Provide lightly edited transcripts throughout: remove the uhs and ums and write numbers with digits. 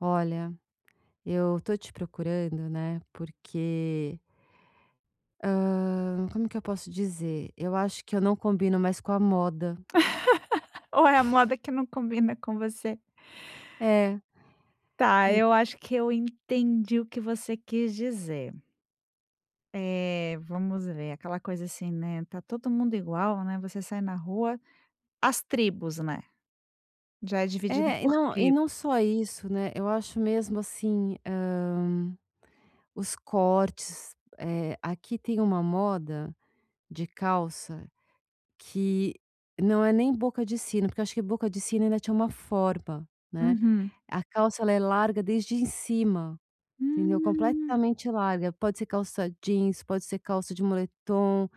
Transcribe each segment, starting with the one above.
Olha, eu tô te procurando, né, porque, como que eu posso dizer? Eu acho que eu não combino mais com a moda. Ou é a moda que não combina com você? É, Tá, en eu acho que eu entendi o que você quis dizer. É, vamos ver, aquela coisa assim, né, tá todo mundo igual, né, você sai na rua, as tribos, né, já é dividido e por não e tribo. não só isso, né, eu acho mesmo assim, os cortes, aqui tem uma moda de calça que não é nem boca de sino, porque eu acho que boca de sino ainda tinha uma forma, né. Uhum. A calça ela é larga desde em cima. Entendeu? Hum, Completamente larga. Pode ser calça jeans, pode ser calça de moletom,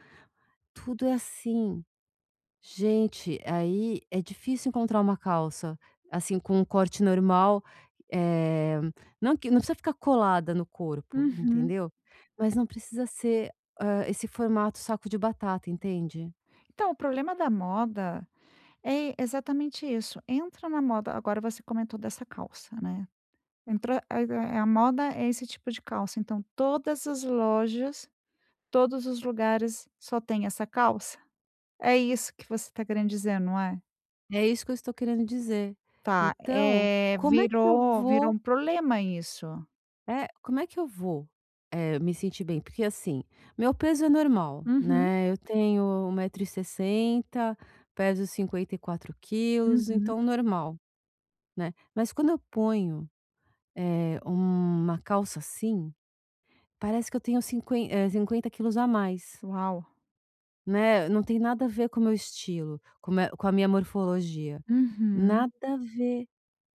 tudo é assim. Gente, aí é difícil encontrar uma calça, assim, com um corte normal, eh, não que não precisa ficar colada no corpo, uhum. entendeu? Mas não precisa ser, esse formato saco de batata, entende? Então, o problema da moda é exatamente isso, entra na moda, agora você comentou dessa calça, né, entrou a, a moda é esse tipo de calça, então todas as lojas, todos os lugares só tem essa calça? É isso que você está querendo dizer, não é? É isso que eu estou querendo dizer. Tá, Então, como é que eu virou vou um problema isso. Como é que eu vou, me sentir bem? Porque assim, meu peso é normal, Uhum, né, eu tenho 1,60 m, peso 54 kg, uhum. então normal, né. Mas quando eu ponho, uma calça assim, parece que eu tenho 50 kg a mais, Uau! né, não tem nada a ver com o meu estilo, com a minha morfologia, Uhum. nada a ver.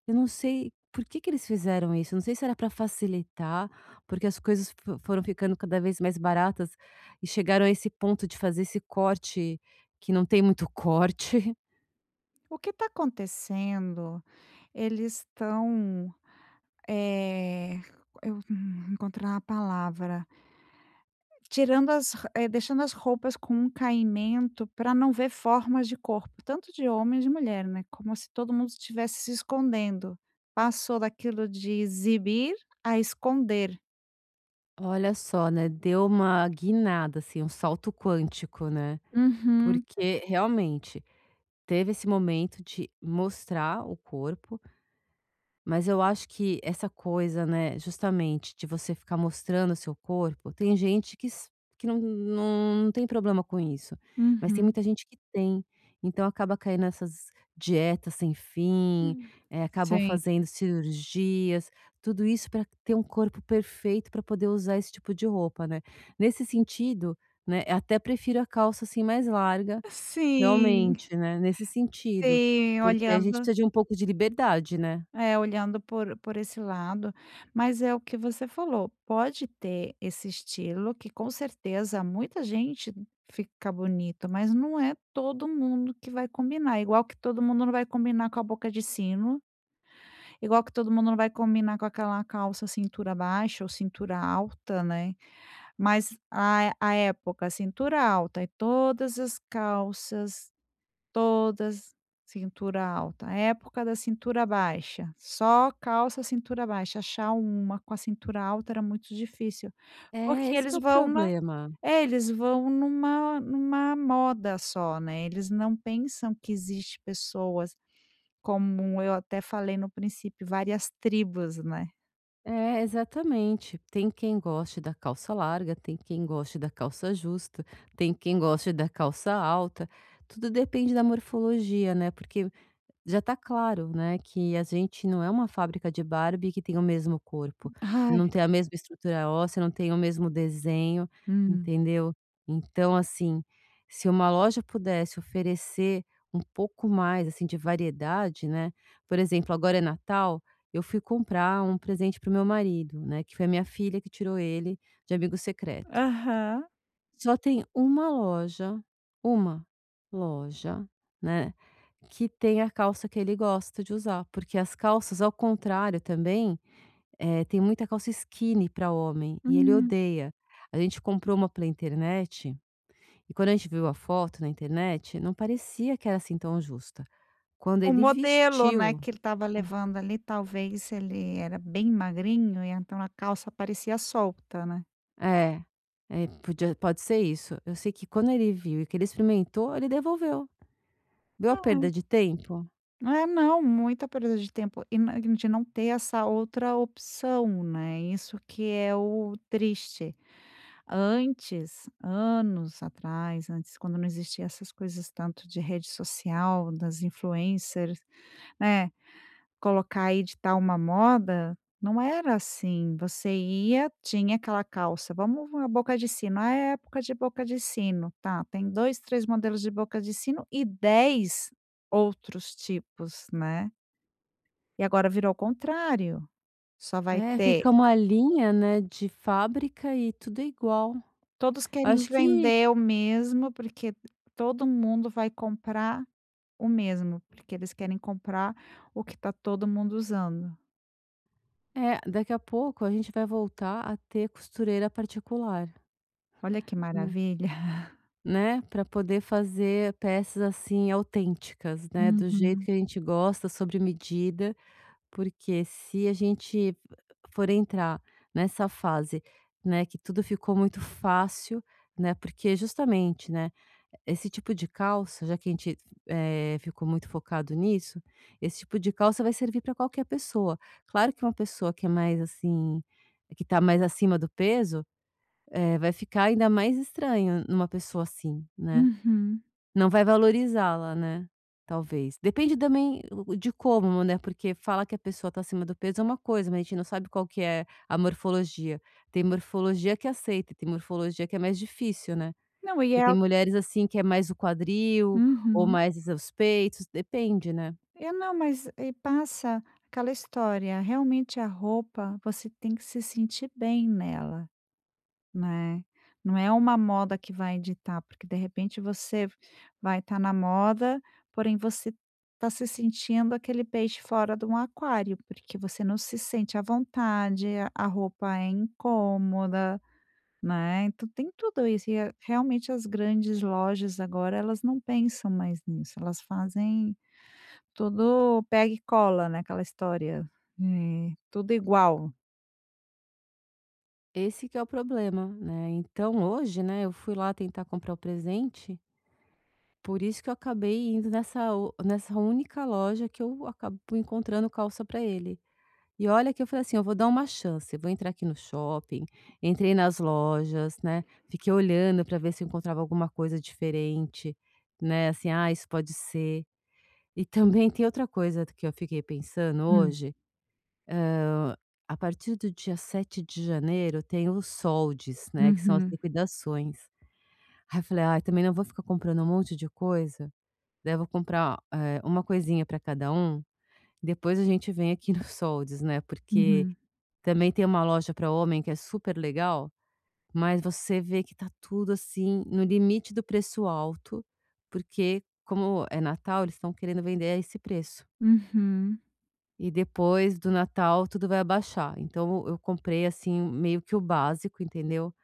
Eu não sei por que que eles fizeram isso. Eu não sei se era para facilitar, porque as coisas fo foram ficando cada vez mais baratas e chegaram a esse ponto de fazer esse corte, que não tem muito corte. O que está acontecendo, eles estão, eh, eu, encontrar a palavra. Tirando deixando as roupas com um caimento para não ver formas de corpo, tanto de homem e de mulher, né, como se todo mundo estivesse se escondendo. Passou daquilo de exibir a esconder. Olha só, né, deu uma guinada, assim, um salto quântico, né, Uhum, porque realmente teve esse momento de mostrar o corpo. Mas eu acho que essa coisa, né, justamente de você ficar mostrando o seu corpo, tem gente que não tem problema com isso, mas tem uhum. muita gente que tem. Então acaba caindo nessas dietas sem fim, acabam Sim. fazendo cirurgias, tudo isso para ter um corpo perfeito para poder usar esse tipo de roupa, né. Nesse sentido, né, eu até prefiro a calça, assim, mais larga, Sim, realmente, né, nesse sentido, sim, porque a gente precisa de um pouco de liberdade, né. Olhando por esse lado, mas é o que você falou, pode ter esse estilo que com certeza muita gente fica bonito, mas não é todo mundo que vai combinar, igual que todo mundo não vai combinar com a boca de sino, igual que todo mundo não vai combinar com aquela calça cintura baixa ou cintura alta, né. Mas a época cintura alta e todas as calças todas cintura alta, época da cintura baixa, só calça cintura baixa, achar uma com a cintura alta era muito difícil, É, porque esse que eles é o vão problema. Numa moda só, né, eles não pensam que existe pessoas, como eu até falei no princípio, várias tribos, né. É, exatamente. Tem quem goste da calça larga, tem quem goste da calça justa, tem quem goste da calça alta. Tudo depende da morfologia, né, porque já tá claro, né, que a gente não é uma fábrica de Barbie que tem o mesmo corpo, Ai. não tem a mesma estrutura óssea, não tem o mesmo desenho, Hum. entendeu. Então, assim, se uma loja pudesse oferecer um pouco mais, assim, de variedade, né, por exemplo, agora é Natal, eu fui comprar um presente para o meu marido, né, que foi a minha filha que tirou ele de amigo secreto. Aham. Só tem uma loja, né, que tem a calça que ele gosta de usar, porque as calças, ao contrário também, tem muita calça skinny para homem e ele Hum. odeia. A gente comprou uma pela internet e quando a gente viu a foto na internet, não parecia que era assim tão justa. Quando O ele modelo, né, vestiu que ele estava levando ali, talvez ele era bem magrinho e então a calça parecia solta, né. é, é, podia pode ser isso. Eu sei que quando ele viu e que ele experimentou, ele devolveu. Viu a perda de tempo? Não, é, não, muita perda de tempo e na de não ter essa outra opção, né, isso que é o triste. Antes, anos atrás, antes quando não existia essas coisas tanto de rede social, das influencers, né, colocar e editar uma moda, não era assim, você ia, tinha aquela calça, vamos, uma boca de sino, ah, é época de boca de sino, tá, tem dois, 3 modelos de boca de sino e 10 outros tipos, né. E agora virou o contrário, só vai É, ter, fica uma linha, né, de fábrica e tudo é igual. todos querem Acho que vender o mesmo, porque todo mundo vai comprar o mesmo, porque eles querem comprar o que está todo mundo usando. é, daqui a pouco a gente vai voltar a ter costureira particular, Olha que né, maravilha. né, pra poder fazer peças, assim, autênticas, né, do jeito Uhum. que a gente gosta, sobre medida. Porque se a gente for entrar nessa fase, né, que tudo ficou muito fácil, né, porque justamente, né, esse tipo de calça, já que a gente, ficou muito focado nisso, esse tipo de calça vai servir para qualquer pessoa. Claro que uma pessoa que é mais assim, que está mais acima do peso, vai ficar ainda mais estranho numa pessoa assim, né. Uhum. Não vai valorizá-la, né, talvez. Depende também o de como, né, porque fala que a pessoa está acima do peso é uma coisa, mas a gente não sabe qual que é a morfologia. Tem morfologia que aceita, tem morfologia que é mais difícil, né. Não, e Porque é tem al mulheres, assim, que é mais o quadril ou Uhum. mais os peitos, depende, né. É, não, mas e passa aquela história, realmente a roupa, você tem que se sentir bem nela, né. Não é uma moda que vai ditar, porque de repente você vai estar na moda, porém você está se sentindo aquele peixe fora de um aquário, porque você não se sente à vontade, a roupa é incômoda, né. Então tem tudo isso e, realmente, as grandes lojas agora, elas não pensam mais nisso, elas fazem tudo pega e cola, né, aquela história, tudo igual. Esse que é o problema, né. Então hoje, né, eu fui lá tentar comprar o presente, por isso que eu acabei indo nessa única loja que eu acabo encontrando calça para ele. E olha que eu falei assim: "Eu vou dar uma chance, eu vou entrar aqui no shopping". Entrei nas lojas, né, fiquei olhando para ver se eu encontrava alguma coisa diferente, né, assim: "Ah, isso pode ser". E também tem outra coisa que eu fiquei pensando Hum. hoje, a partir do dia 7 de janeiro tem os soldes, né, que são as Uhum, liquidações. Aí eu falei: ah, também não vou ficar comprando um monte de coisa, daí eu vou comprar, uma coisinha para cada um, depois a gente vem aqui nos soldes", né, porque uhum, Também tem uma loja para homem que é super legal, mas você vê que tá tudo assim no limite do preço alto, porque como é Natal, eles estão querendo vender a esse preço. uhum. E depois do Natal tudo vai abaixar. Então eu comprei assim meio que o básico, entendeu?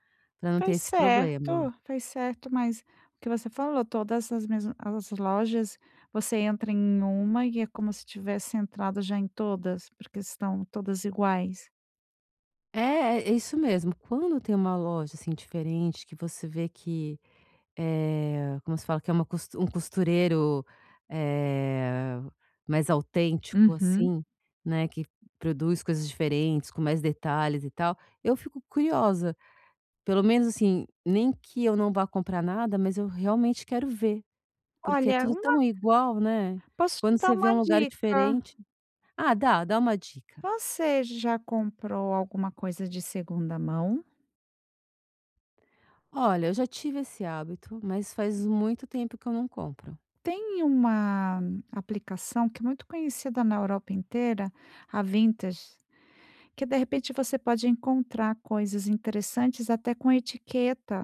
Para não ter esse problema. Fez certo, mas o que você falou, todas as mesmas as lojas, você entra em uma e é como se tivesse entrado já em todas, porque estão todas iguais. É, é isso mesmo. Quando tem uma loja assim diferente que você vê que. Como se fala? Que é uma cos um costureiro, eh, mais autêntico, Uhum. assim, né, que produz coisas diferentes, com mais detalhes e tal, eu fico curiosa. Pelo menos, assim, nem que eu não vá comprar nada, mas eu realmente quero ver, porque é Olha, tudo uma tão igual, né. posso te Quando dar você vê uma um lugar dica. diferente, ah, dá uma dica. Você já comprou alguma coisa de segunda mão? Olha, eu já tive esse hábito, mas faz muito tempo que eu não compro. Tem uma aplicação que é muito conhecida na Europa inteira, a Vintage, que de repente você pode encontrar coisas interessantes até com etiqueta.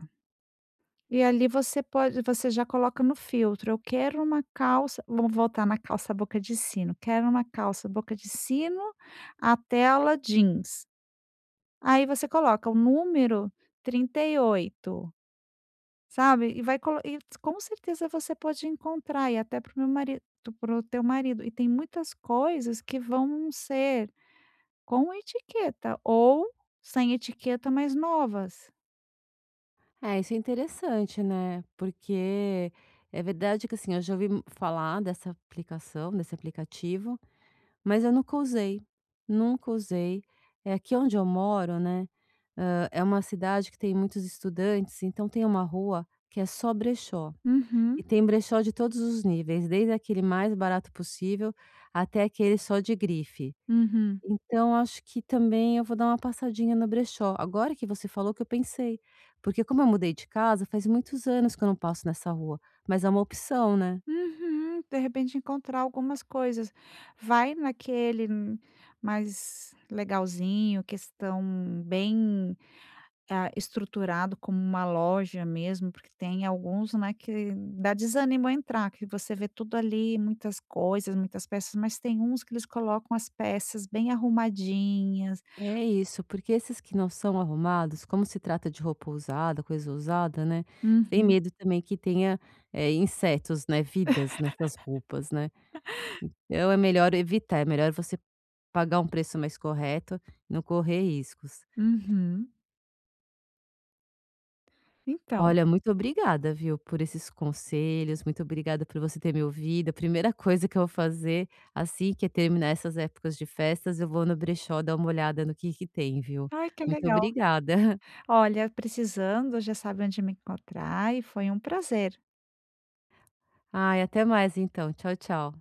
E ali você pode, você já coloca no filtro: "Eu quero uma calça", vamos voltar na calça boca de sino, "Quero uma calça boca de sino, a tela jeans". Aí você coloca o número 38. Sabe, e vai colo e com certeza você pode encontrar e até para o teu marido, e tem muitas coisas que vão ser com etiqueta ou sem etiqueta, mas novas. É, isso é interessante, né, porque é verdade que, assim, eu já ouvi falar dessa aplicação, desse aplicativo, mas eu nunca usei, nunca usei. É aqui onde eu moro, né, é uma cidade que tem muitos estudantes, então tem uma rua que é só brechó. E Uhum, tem brechó de todos os níveis, desde aquele mais barato possível até aquele só de grife. uhum, Então acho que também eu vou dar uma passadinha no brechó. Agora que você falou que eu pensei, porque como eu mudei de casa, faz muitos anos que eu não passo nessa rua, mas é uma opção, né. uhum, de repente encontrar algumas coisas. Vai naquele, mais legalzinho, questão bem, ah, estruturado como uma loja mesmo, porque tem alguns, né, que dá desânimo a entrar, que você vê tudo ali, muitas coisas, muitas peças, mas tem uns que eles colocam as peças bem arrumadinhas. É isso, porque esses que não são arrumados, como se trata de roupa usada, coisa usada, né, tem Uhum, medo também que tenha, insetos, né, vidas nessas roupas, né. Então é melhor evitar, é melhor você pagar um preço mais correto, não correr riscos. uhum. Então, Olha, muito obrigada, viu, por esses conselhos, muito obrigada por você ter me ouvido. A primeira coisa que eu vou fazer, assim que terminar essas épocas de festas, eu vou no brechó dar uma olhada no que tem, viu. ai que Muito legal. obrigada. Olha, precisando, já sabe onde me encontrar e foi um prazer. Ai, até mais então. Tchau, tchau.